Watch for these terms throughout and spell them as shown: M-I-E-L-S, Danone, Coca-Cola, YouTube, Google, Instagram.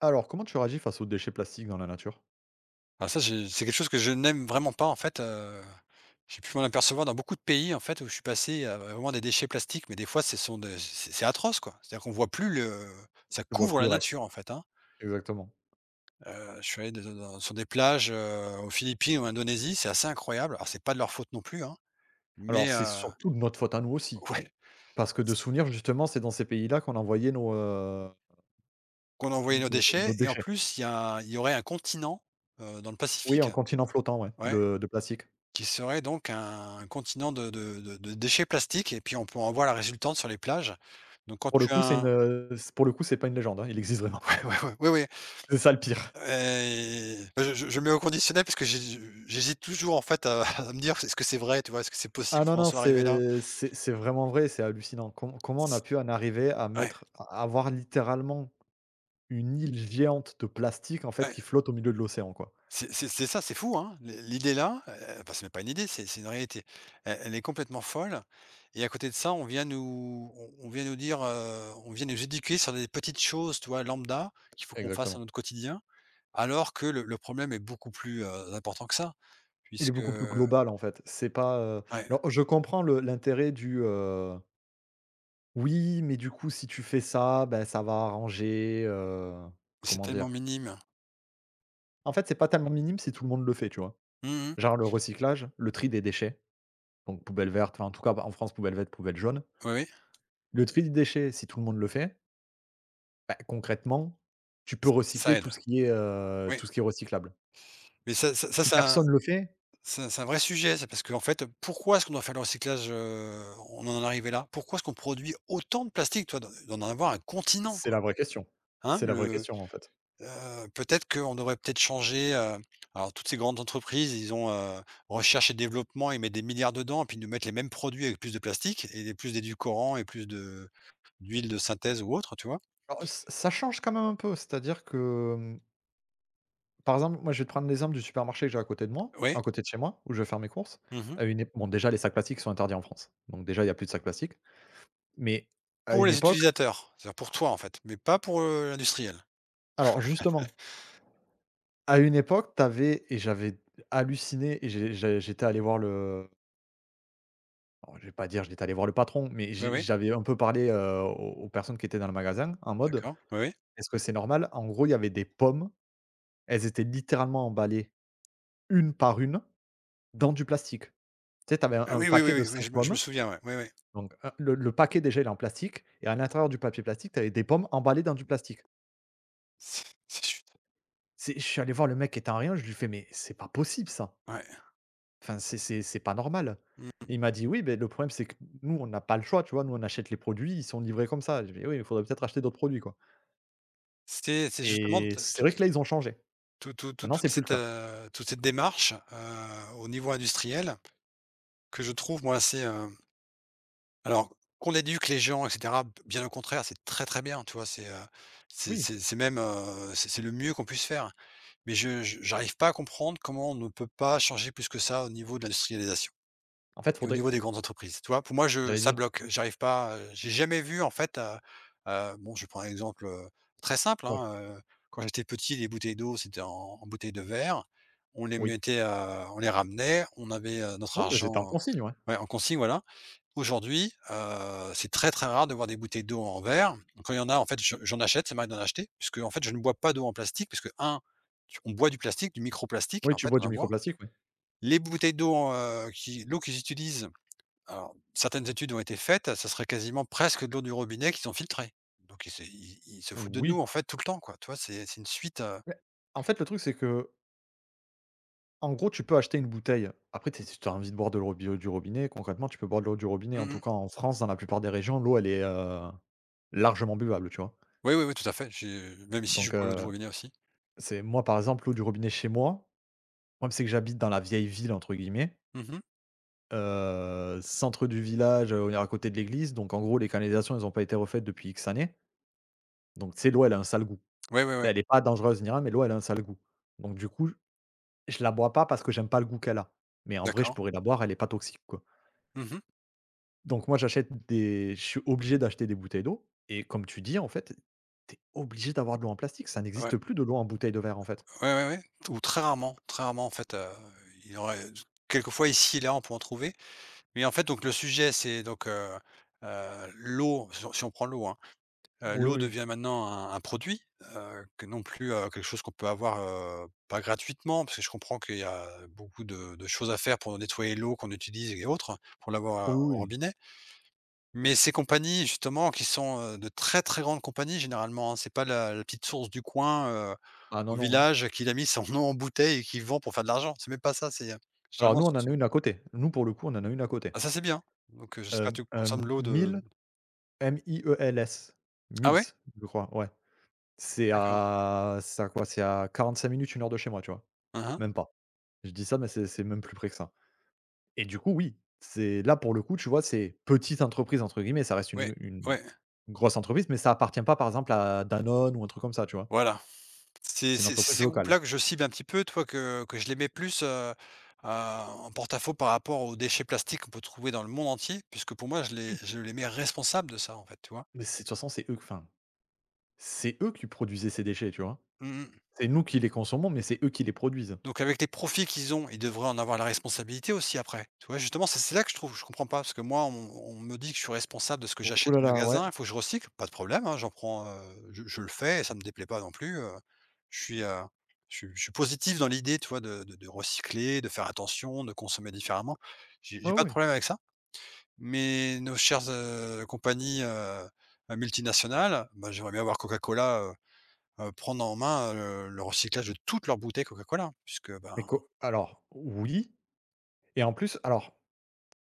Alors, comment tu réagis face aux déchets plastiques dans la nature? Ah ça, j'ai c'est quelque chose que je n'aime vraiment pas en fait, j'ai pu m'en apercevoir dans beaucoup de pays en fait où je suis passé à vraiment des déchets plastiques, mais des fois ce sont des c'est atroce quoi. C'est-à-dire qu'on voit plus le ça Tu vois couvre plus la le reste. nature en fait, hein. Exactement. Je suis allé de dans sur des plages, aux Philippines ou en Indonésie, c'est assez incroyable. Alors c'est pas de leur faute non plus, hein, Alors, mais c'est surtout de notre faute à nous aussi. ouais, Parce que de souvenir, justement, c'est dans ces pays-là qu'on envoyait nos, heu, qu'on a envoyé nos nos déchets nos et en déchets. plus il y aurait un continent, dans le Oui, Pacifique en continent flottant, ouais, ouais. de plastique. Qui serait donc un continent de déchets plastiques et puis on peut en voir la résultante sur les plages. Donc quand Pour le tu coup, as c'est une, un c pour le coup, c'est pas une légende, hein, il existe vraiment. ouais, ouais, ouais, oui, oui, C'est ça le pire. et bah, je mets au conditionnel parce que j'hé j'hésite toujours en fait à à me dire: «Est-ce que c'est vrai?» Tu vois? «Est-ce que c'est Ah possible non, qu'on en non, soit arrivé là?» c'est vraiment vrai, c'est hallucinant. Comment on a C pu en arriver ouais, à avoir littéralement une île géante de plastique, en fait, ouais, qui flotte au milieu de l'océan, quoi. c'est c'est ça, c'est fou, hein. L'idée là, enfin, c'est même pas une idée, c'est une réalité. Elle est complètement folle et à côté de ça, on vient nous dire, on vient nous éduquer sur des petites choses, tu vois, lambda, qu'il faut qu'on fasse dans Exactement. notre quotidien. Alors que le problème est beaucoup plus, important que ça, Il est puisque beaucoup plus global, en fait. C'est pas, ouais, alors je comprends le l'intérêt du: «Oui, mais du coup, si tu fais ça, ben ça va arranger», c'est comment tellement dire? minime. En fait, c'est pas tellement minime si tout le monde le fait, tu vois? Mmh. Genre le recyclage, le tri des déchets, donc poubelle verte, enfin, en tout cas, bah, en France, poubelle verte, poubelle jaune. Oui, oui, Le tri des déchets, si tout le monde le fait, bah, concrètement, tu peux recycler ça aide, oui. tout ce qui est recyclable. Mais ça Si c'est un personne le fait, c'est un vrai sujet, ça, parce qu'en fait, pourquoi est-ce qu'on doit faire le recyclage, on en est arrivé là? Pourquoi est-ce qu'on produit autant de plastique? Toi, d'en avoir un continent, c'est quoi, la vraie question. hein? C'est la vraie Le, question, en fait. Peut-être qu'on devrait peut-être changer, alors toutes ces grandes entreprises, ils ont, recherche et développement, ils mettent des milliards dedans, et puis ils nous mettent les mêmes produits avec plus de plastique et plus d'édulcorants et plus de d'huile de synthèse ou autre, tu vois? Alors, ç ça change quand même un peu, c'est-à-dire que, hem, par exemple, moi, je vais te prendre l'exemple du supermarché que j'ai à côté de moi, Oui. à côté de chez moi, où je vais faire mes courses. Mmh. À une ép Bon, déjà, les sacs plastiques sont interdits en France, donc déjà, il y a plus de sacs plastiques, mais à Pour une les époque utilisateurs, c'est-à-dire pour toi, en fait, mais pas pour, l'industriel? alors justement, à une époque, tu avais et j'avais halluciné et j'étais allé voir le. Alors, je vais pas dire, je j'étais allé voir le patron, mais Oui, j'ai oui, j'avais un peu parlé, aux personnes qui étaient dans le magasin en mode: d'accord, oui, oui. «Est-ce que c'est normal?» En gros, il y avait des pommes, elles étaient littéralement emballées une par une dans du plastique. Tu sais, tu avais un Ah un oui, oui, oui, paquet de oui, oui, 5 je me pommes, souviens, ouais, oui, oui. donc le paquet déjà il est en plastique et à l'intérieur du papier plastique, tu avais des pommes emballées dans du plastique. C'est c'est chut, C'est Je suis allé voir le mec qui était en rien. Je lui fais: «Mais c'est pas possible ça, ouais. enfin c'est pas normal». Mmh. Il m'a dit: «Oui, beh, le problème c'est que nous on n'a pas le choix, tu vois? Nous on achète les produits, ils sont livrés comme ça». J'ai fait: «Oui, il faudrait peut-être acheter d'autres produits quoi». C'est justement Et t c'est vrai que là, ils ont changé. Maintenant, c'est plus le cas. Toute cette démarche, au niveau industriel que je trouve moi assez, alors qu'on éduque les gens et cetera, bien au contraire, c'est très, très bien, tu vois? C'est, Oui, c'est même, c'est le mieux qu'on puisse faire. Mais je j'arrive pas à comprendre comment on ne peut pas changer plus que ça au niveau de l'industrialisation en fait, et au faudrait niveau des grandes entreprises. Tu vois? Pour moi, je j'allais ça dire, bloque. J'arrive pas, j'ai jamais vu en fait, bon, je prends un exemple, très simple, ouais, hein, quand j'étais petit, les bouteilles d'eau, c'était en en bouteilles de verre. On les oui. mettait, on les ramenait, on avait, notre Oui, bah, c'était en argent, consigne, ouais. ouais, en consigne, voilà. Aujourd'hui, c'est très, très rare de voir des bouteilles d'eau en verre. Donc, quand il y en a, en fait, je j'en achète, ça m'arrive d'en acheter, puisque en fait, je ne bois pas d'eau en plastique, puisque un, tu on boit du plastique, du microplastique, Oui, en tu fait, bois on du en boit. microplastique, ouais. Les bouteilles d'eau, qui l'eau qu'ils utilisent, alors certaines études ont été faites, ça serait quasiment presque de l'eau du robinet qu'ils ont filtrée. Donc ils se foutent de nous, Oui. en fait, tout le temps, quoi. Tu vois? C'est une suite, Mais en fait, le truc, c'est que, en gros, tu peux acheter une bouteille. Après, tu si tu as envie de boire de l'eau bio du robinet, concrètement, tu peux boire de l'eau du robinet. En mmh tout cas, mh. en France, dans la plupart des régions, l'eau, elle est largement buvable, tu vois? Oui, oui, oui, tout à fait. J'ai même ici, je Donc, bois l'eau du robinet aussi. c'est moi, par exemple, l'eau du robinet chez moi, le c'est que j'habite dans la «vieille ville», entre guillemets. Mmh oui, Centre du village, on est à côté de l'église, donc en gros, les canalisations, elles ont pas été refaites depuis X années. Donc tu sais, l'eau, elle a un sale goût. oui. Ouais, ouais. Elle est pas dangereuse ni rien, mais l'eau, elle a un sale goût. Donc du coup, je la bois pas parce que j'aime pas le goût qu'elle a. Mais en vrai, je D'accord. pourrais la boire, elle est pas toxique, quoi. Mmh. Donc moi, j'achète des je suis obligé d'acheter des bouteilles d'eau et comme tu dis, en fait, tu es obligé d'avoir de l'eau en plastique. Ça Ouais. n'existe plus de l'eau en bouteille de verre, en fait. Ouais, ouais, ouais, ou très rarement en fait, il y aurait quelquefois ici et là on peut en trouver, mais en fait donc le sujet c'est donc, l'eau, si on prend l'eau, hein, Oui, l'eau oui. devient maintenant un produit, que non plus, quelque chose qu'on peut avoir, pas gratuitement parce que je comprends qu'il y a beaucoup de choses à faire pour nettoyer l'eau qu'on utilise et autres, pour l'avoir, Oui, au oui. robinet. Mais ces compagnies justement qui sont, de très, très grandes compagnies généralement, hein, c'est pas la petite source du coin, Ah au non, non, hein. village qu'il a mis son nom en bouteille et qu'il vend pour faire de l'argent. C'est même pas ça, c'est, Alors généralement nous, on ce en a sont une à côté. Nous, pour le coup, on en a une à côté. ah ça c'est bien, donc j'espère que tu consommes Un l'eau de MIELS. ah ouais? Mills, je crois, ouais. C'est D'accord. à c'est à quoi? C'est à 45 minutes, une heure de chez moi, tu vois? Hein hein. Même pas. Je dis ça, mais c'est même plus près que ça. Et du coup, oui, c'est là, pour le coup, tu vois, c'est «petite entreprise» entre guillemets, ça reste Ouais, une ouais, grosse entreprise, mais ça appartient pas, par exemple, à Danone ou un truc comme ça, tu vois? voilà. C'est une C'est entreprise ces locale. groupes-là que je cible un petit peu, tu vois? Que je les mets plus, à en porte-à-faux par rapport aux déchets plastiques qu'on peut trouver dans le monde entier, puisque pour moi Oui. je les mets responsables de ça, en fait, tu vois? Mais c'est de toute façon, c'est eux enfin, c'est eux qui produisaient ces déchets, tu vois? Mmh mh. C'est nous qui les consommons, mais c'est eux qui les produisent. Donc avec les profits qu'ils ont, ils devraient en avoir la responsabilité aussi après. Tu vois? Justement, c'est là que je trouve je comprends pas parce que moi, on me dit que je suis responsable de ce que Oh j'achète là au là, ouais. magasin, il faut que je recycle, pas de problème, hein, j'en prends, je le fais et ça me déplaît pas non plus. Je suis, je suis positif dans l'idée, tu vois, de recycler, de faire attention, de consommer différemment. Ouais, J'ai pas de ouais. problème avec ça, mais nos chères, compagnies, multinationales, bah, j'aimerais bien voir Coca-Cola, prendre en main, le recyclage de toutes leurs bouteilles Coca-Cola, puisque, Mais ben co alors, oui et en plus alors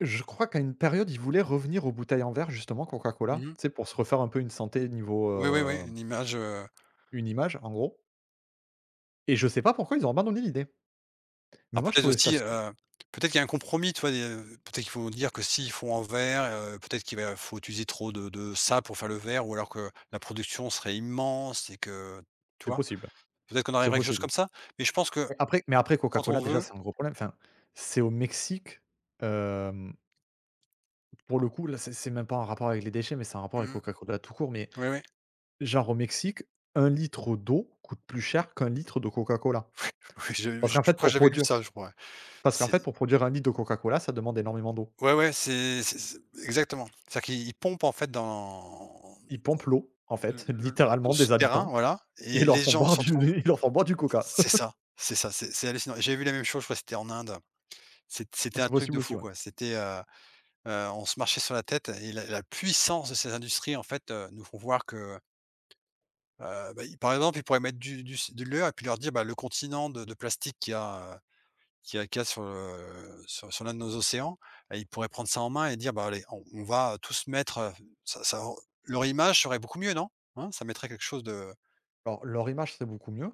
je crois qu'à une période, ils voulaient revenir aux bouteilles en verre justement, mmh Coca-Cola, mh. tu sais, pour se refaire un peu une santé niveau, Ouais, ouais, ouais, une image, une image en gros et je sais pas pourquoi ils ont abandonné l'idée. Mais alors moi je peut-être trouvais ça aussi, sup peut-être qu'il y a un compromis, tu vois? Des, peut-être qu'ils vont dire que s'ils font en verre, peut-être qu'il va faut utiliser trop de ça pour faire le verre ou alors que la production serait immense et que tu C'est vois? possible, Peut-être qu'on c'est arriverait à quelque chose possible. comme ça? Mais je pense que Mais après quand Coca-Cola on déjà veut c'est un gros problème, enfin, c'est au Mexique, hem, pour le coup là c'est même pas en rapport avec les déchets, mais c'est un rapport avec mmh, Coca-Cola tout court, mais oui, oui. genre au Mexique, un litre d'eau coûte plus cher qu'un litre de Coca-Cola. Oui, je Parce je qu'en je fait crois que pour j'avais lu produire ça, je crois, ouais. parce qu'en C'est fait pour produire un litre de Coca-Cola, ça demande énormément d'eau. ouais, ouais, c'est exactement. C'est-à-dire qu'ils pompent en fait dans Ils pompent l'eau, en fait, le le le littéralement des souterrain, habitants voilà et et ils leur les font gens boire se du retrouvent ils leur font boire du coca. c'est ça, c'est ça, c'est hallucinant. J'ai vu la même chose, je crois que c'était en Inde. C'était C'est un truc possible de aussi, fou ouais. quoi. C'était, on se marchait sur la tête et la puissance de ces industries en fait, nous font voir que, bah, ils par exemple, ils pourraient mettre du de l'heure et puis leur dire: «Bah, le continent de plastique qu'il y a, qu'il y a sur, sur l'un de nos océans», et ils pourraient prendre ça en main et dire: «Bah, allez, on va tous mettre, ça ça leur image serait beaucoup mieux, non? Hein? Ça mettrait quelque chose de Alors leur image, c'est beaucoup mieux,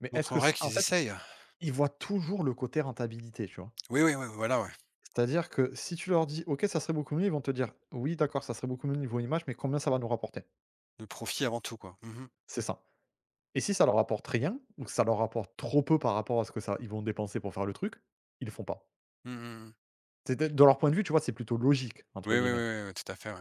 mais est-ce que montrerait c en qu'ils fait, essayent. ils voient toujours le côté rentabilité, tu vois? Oui, oui, oui, voilà, ouais. C'est-à-dire que si tu leur dis: «OK, ça serait beaucoup mieux», ils vont te dire: «Oui, d'accord, ça serait beaucoup mieux niveau image, mais combien ça va nous rapporter?» Le profit avant tout quoi. Mmh. C'est ça et si ça leur rapporte rien ou que ça leur rapporte trop peu par rapport à ce que ça ils vont dépenser pour faire le truc, ils le font pas. Mmh mh mh. C'est peut-être de leur point de vue, tu vois, c'est plutôt «logique» entre Oui, oui, guillemets, oui, oui, tout à fait, ouais.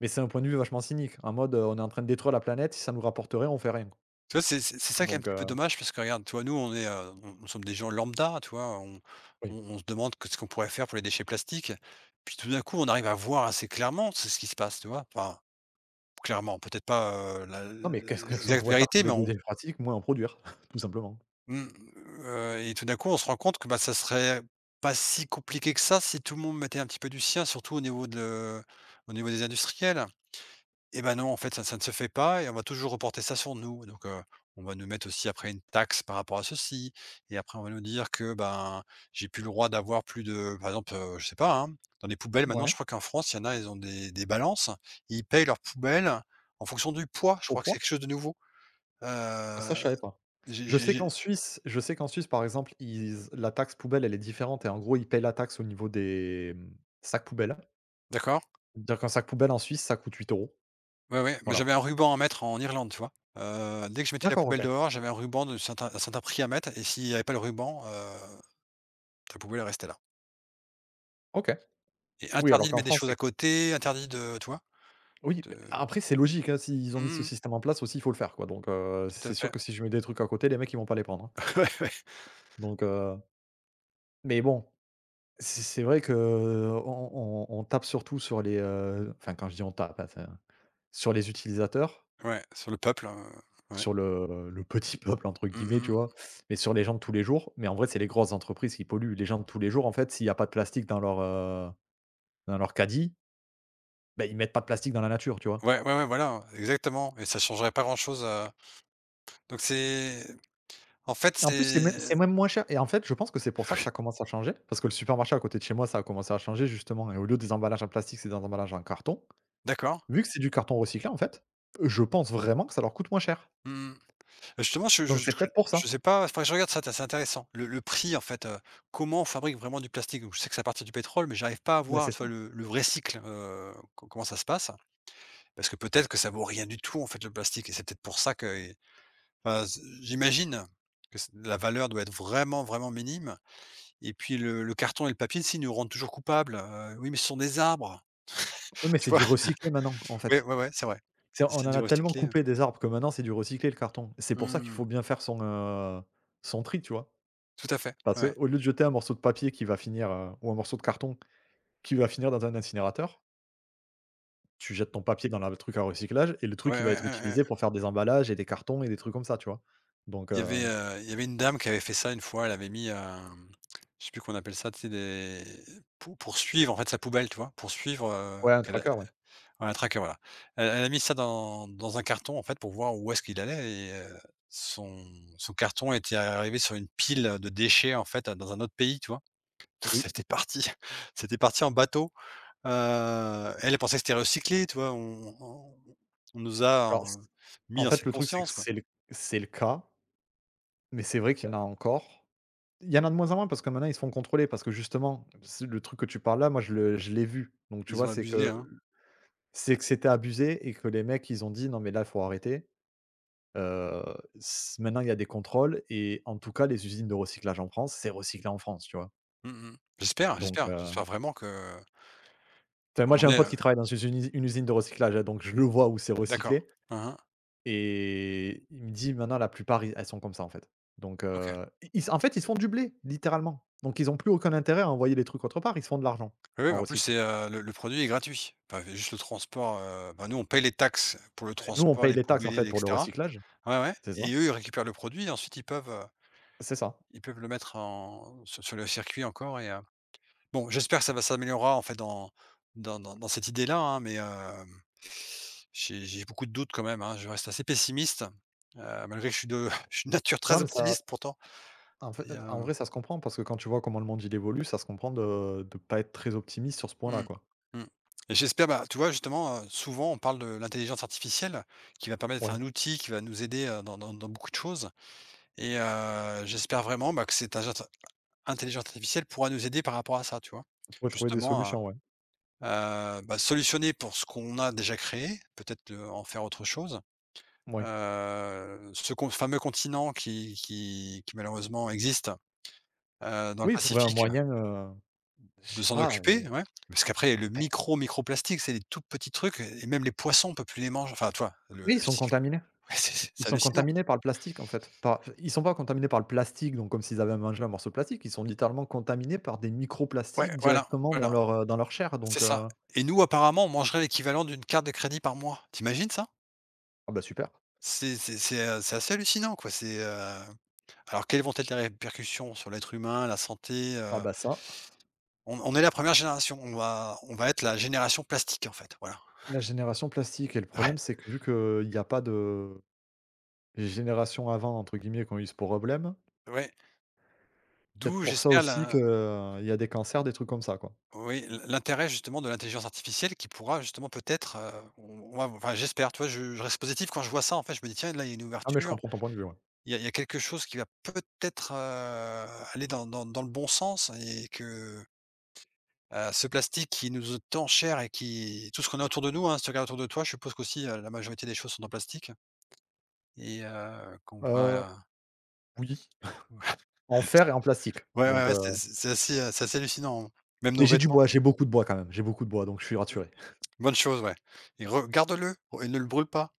mais c'est un point de vue vachement cynique, en mode, on est en train de détruire la planète, si ça nous rapporterait, on fait rien. Tu vois, c'est ça qui est un Donc petit peu heu dommage parce que regarde, tu vois, nous, on est, on nous sommes des gens lambda, tu vois? Oui. On se demande que ce qu'on pourrait faire pour les déchets plastiques. Puis tout d'un coup, on arrive à voir assez clairement c'est ce qui se passe, tu vois? Enfin, clairement, peut-être pas, la Non, mais qu'est-ce qu'on l'exacte pourrait faire vérité, pour mais aider on les pratiques, moins en produire, tout simplement. mmh, et tout d'un coup, on se rend compte que, bah, ça serait pas si compliqué que ça si tout le monde mettait un petit peu du sien, surtout au niveau de au niveau des industriels. Eh ben, non, en fait, ça ne se fait pas et on va toujours reporter ça sur nous. Donc, on va nous mettre aussi après une taxe par rapport à ceci et après on va nous dire que, ben, j'ai plus le droit d'avoir plus de par exemple, je sais pas, hein, dans les poubelles maintenant, je Ouais. crois qu'en France, il y en a, ils ont des balances, et ils payent leurs poubelles en fonction du poids. Je Au crois que point? c'est quelque chose de nouveau. Ah Heu, ça, je savais pas. J'ai Je sais qu'en Suisse, par exemple, ils la taxe poubelle, elle est différente et en gros, ils payent la taxe au niveau des, sacs poubelles. d'accord? C'est-à-dire qu'un sac poubelle en Suisse, ça coûte 8 euros. Ouais, ouais, mais Voilà. j'avais un ruban à mettre en Irlande, tu vois? Dès que je mettais la D'accord, poubelle OK. dehors, j'avais un ruban de certain un certain prix à mettre et s'il n'y avait pas le ruban, ta poubelle, restait là. OK. Et Oui, interdit alors de qu'en mettre des France, choses c'est à côté, interdit de tu vois? oui, beh, De après c'est logique, hein, s'ils ont mis ce mmh mh. système en place aussi, il faut le faire, quoi. Donc, Tout à c'est sûr fait. que si je mets des trucs à côté, les mecs, ils vont pas les prendre, hein. Ouais, ouais. Donc heu, mais bon. C'est vrai que, on tape surtout sur les, enfin quand je dis on tape, hein, enfin, sur les utilisateurs, Ouais, sur le peuple, ouais. sur le «petit peuple» entre Mmh guillemets, mh tu mh. vois? Mais sur les gens de tous les jours, mais en vrai, c'est les grosses entreprises qui polluent. Les gens de tous les jours, en fait, s'il n'y a pas de plastique dans leur caddie, ben ils mettent pas de plastique dans la nature, tu vois? Ouais, ouais, ouais, voilà, exactement, et ça changerait pas grand-chose, donc c'est en fait, Et en plus, c'est c'est même c'est même moins cher et en fait, je pense que c'est pour ça que ça commence à changer, parce que le supermarché à côté de chez moi, ça a commencé à changer justement et au lieu des emballages en plastique, c'est des emballages en carton. d'accord. Vu que c'est du carton recyclé, en fait, je pense vraiment que ça leur coûte moins cher. Mmh mh. Justement, je je Donc je c'est peut-être pour je ça. sais pas, faudrait que je regarde ça, tiens, c'est intéressant. Le prix, en fait, comment on fabrique vraiment du plastique? Donc je sais que c'est à partir du pétrole, mais j'arrive pas à Bah, voir, c'est tu ça. vois, le vrai cycle, co comment ça se passe? Parce que peut-être que ça vaut rien du tout, en fait, le plastique, et c'est peut-être pour ça que enfin, z j'imagine que c la valeur doit être vraiment, vraiment minime, et puis le carton et le papier, tu nous rendent toujours coupables, «Oui, mais ce sont des arbres». Oui, mais Tu c'est du vois? recyclé maintenant, en Oui, ouais, fait. ouais, ouais, c'est vrai. C'est On en C'est du a tellement recycler, coupé des arbres que maintenant c'est du recyclé le carton. C'est pour ça qu'il mmh, faut bien faire son tri, tu vois? tout à fait, Parce ouais. qu'au lieu de jeter un morceau de papier qui va finir, ou un morceau de carton qui va finir dans un incinérateur, tu jettes ton papier dans la le truc à recyclage et le truc, il Ouais, va ouais, être ouais, ouais. utilisé pour faire des emballages et des cartons et des trucs comme ça, tu vois? Donc Il y heu, avait, heu, il y avait une dame qui avait fait ça une fois. Elle avait mis, je sais plus qu'on appelle ça, tu sais, des pour suivre en fait sa poubelle, tu vois? Pour suivre, ouais, un qu'elle a tracker, ouais. ouais, un tracker, voilà. Elle a mis ça dans un carton, en fait, pour voir où est-ce qu'il allait. Et son son carton était arrivé sur une pile de déchets, en fait, dans un autre pays, tu vois? Oui. C'était parti c'était parti en bateau. Heu, Elle, elle pensait que c'était recyclé, tu vois? On on nous a, Alors c mis en dans fait, cette le truc, c'est que conscience, quoi. c'est le cas, mais c'est vrai qu'il y en a encore. Il y en a de moins en moins parce que maintenant ils se font contrôler parce que justement, c'est le truc que tu parles là, moi je l'ai vu. Donc tu Ils vois, ont c'est abusé, que hein. c'est que c'était abusé et que les mecs ils ont dit: «Non mais là, il faut arrêter». Heu, s Maintenant il y a des contrôles et en tout cas les usines de recyclage en France, c'est recyclé en France, tu vois? Mmh mh. J'espère, Donc j'espère, heu, j'espère vraiment qu'on enfin moi en j'ai un est, pote qui travaille dans une usine de recyclage, hein, donc je le vois où c'est d'accord. recyclé Hein hein. et il me dit: «Maintenant la plupart, i elles sont comme ça en fait». Donc OK. I ils s En fait, ils se font du blé, littéralement. Donc ils ont plus aucun intérêt à envoyer les trucs autre part, ils se font de l'argent Oui, oui, en bah, en plus, recyclant. c'est, heu, le produit est gratuit. Enfin, juste le transport, bah, nous, on paye les taxes pour le Nous, on transport, paye les les taxes, en fait, poubelles, et pour le cetera. recyclage. Ouais, ouais, C'est ça. et eux, ils récupèrent le produit, et ensuite C'est ça. ils peuvent le mettre en sur le circuit encore. Et bon, j'espère que ça va s'améliorer en fait, dans cette idée-là, hein, mais j'ai beaucoup de doutes quand même, hein. Je reste assez pessimiste, heu, malgré que je suis de je suis de nature Non, très mais ça optimiste pourtant en fait, et en vrai, ça se comprend parce que quand tu vois comment le monde, il évolue, ça se comprend de pas être très optimiste sur ce point-là, mmh. quoi. Mmh. Et j'espère, bah, tu vois, justement, souvent on parle de l'intelligence artificielle qui va permettre d'être Ouais. un outil qui va nous aider, heu, dans beaucoup de choses. Et j'espère vraiment, bah, que cette agence intelligence artificielle pourra nous aider par rapport à ça, tu vois? On pourrait trouver des Justement, solutions, ouais. Bah, solutionner pour ce qu'on a déjà créé, peut-être, en faire autre chose. Moui. Ce con fameux continent qui malheureusement existe, dans le Oui, trouver un Pacifique, moyen, je de sais s'en pas, occuper, ouais, parce qu'après le microplastique, c'est des tout petits trucs, et même les poissons, on peut plus les manger, enfin tu vois? Le oui, ils sont cycle contaminés. ouais, c'est Ils c'est sont hallucinant. contaminés par le plastique, en fait. Par Enfin, ils sont pas contaminés par le plastique, donc comme s'ils avaient mangé un morceau de plastique, ils sont littéralement contaminés par des Ouais, microplastiques voilà, directement voilà, dans leur chair, c'est donc ça, heu et nous apparemment, on mangerait l'équivalent d'une carte de crédit par mois. T'imagines ça? Ah bah, super. C'est c'est assez hallucinant quoi, c'est, alors quelles vont être les répercussions sur l'être humain, la santé, Ah heu? bah, ça. On est la première génération, on va être la génération plastique en fait, voilà. La génération plastique et le Ouais, problème, c'est que vu qu'il y a pas de «génération avant» entre guillemets qui ont eu ce problème, ouais, peut-être d'où pour ça j'espère aussi la qu'il y a des cancers, des trucs comme ça, quoi. oui, l'intérêt justement de l'intelligence artificielle qui pourra justement peut-être, on moi, enfin j'espère, tu vois? Je reste positif quand je vois ça en fait, je me dis: «Tiens là, il y a une Ah mais je ouverture, comprends ton point de vue, ouais. il y a quelque chose qui va peut-être, aller dans le bon sens», et que, ce plastique qui nous est tant cher et qui tout ce qu'on a autour de nous, hein, si tu regardes autour de toi, je suppose qu'aussi, la majorité des choses sont en plastique. Et qu'on Heu, va, oui, en fer et en plastique ouais, ouais, donc ouais, heu c'est c'est assez hallucinant, hein. Même et nos j'ai du vêtements. bois, j'ai beaucoup de bois quand même, j'ai beaucoup de bois donc je suis rassuré. Bonne chose, ouais, et regarde-le, et ne le brûle pas.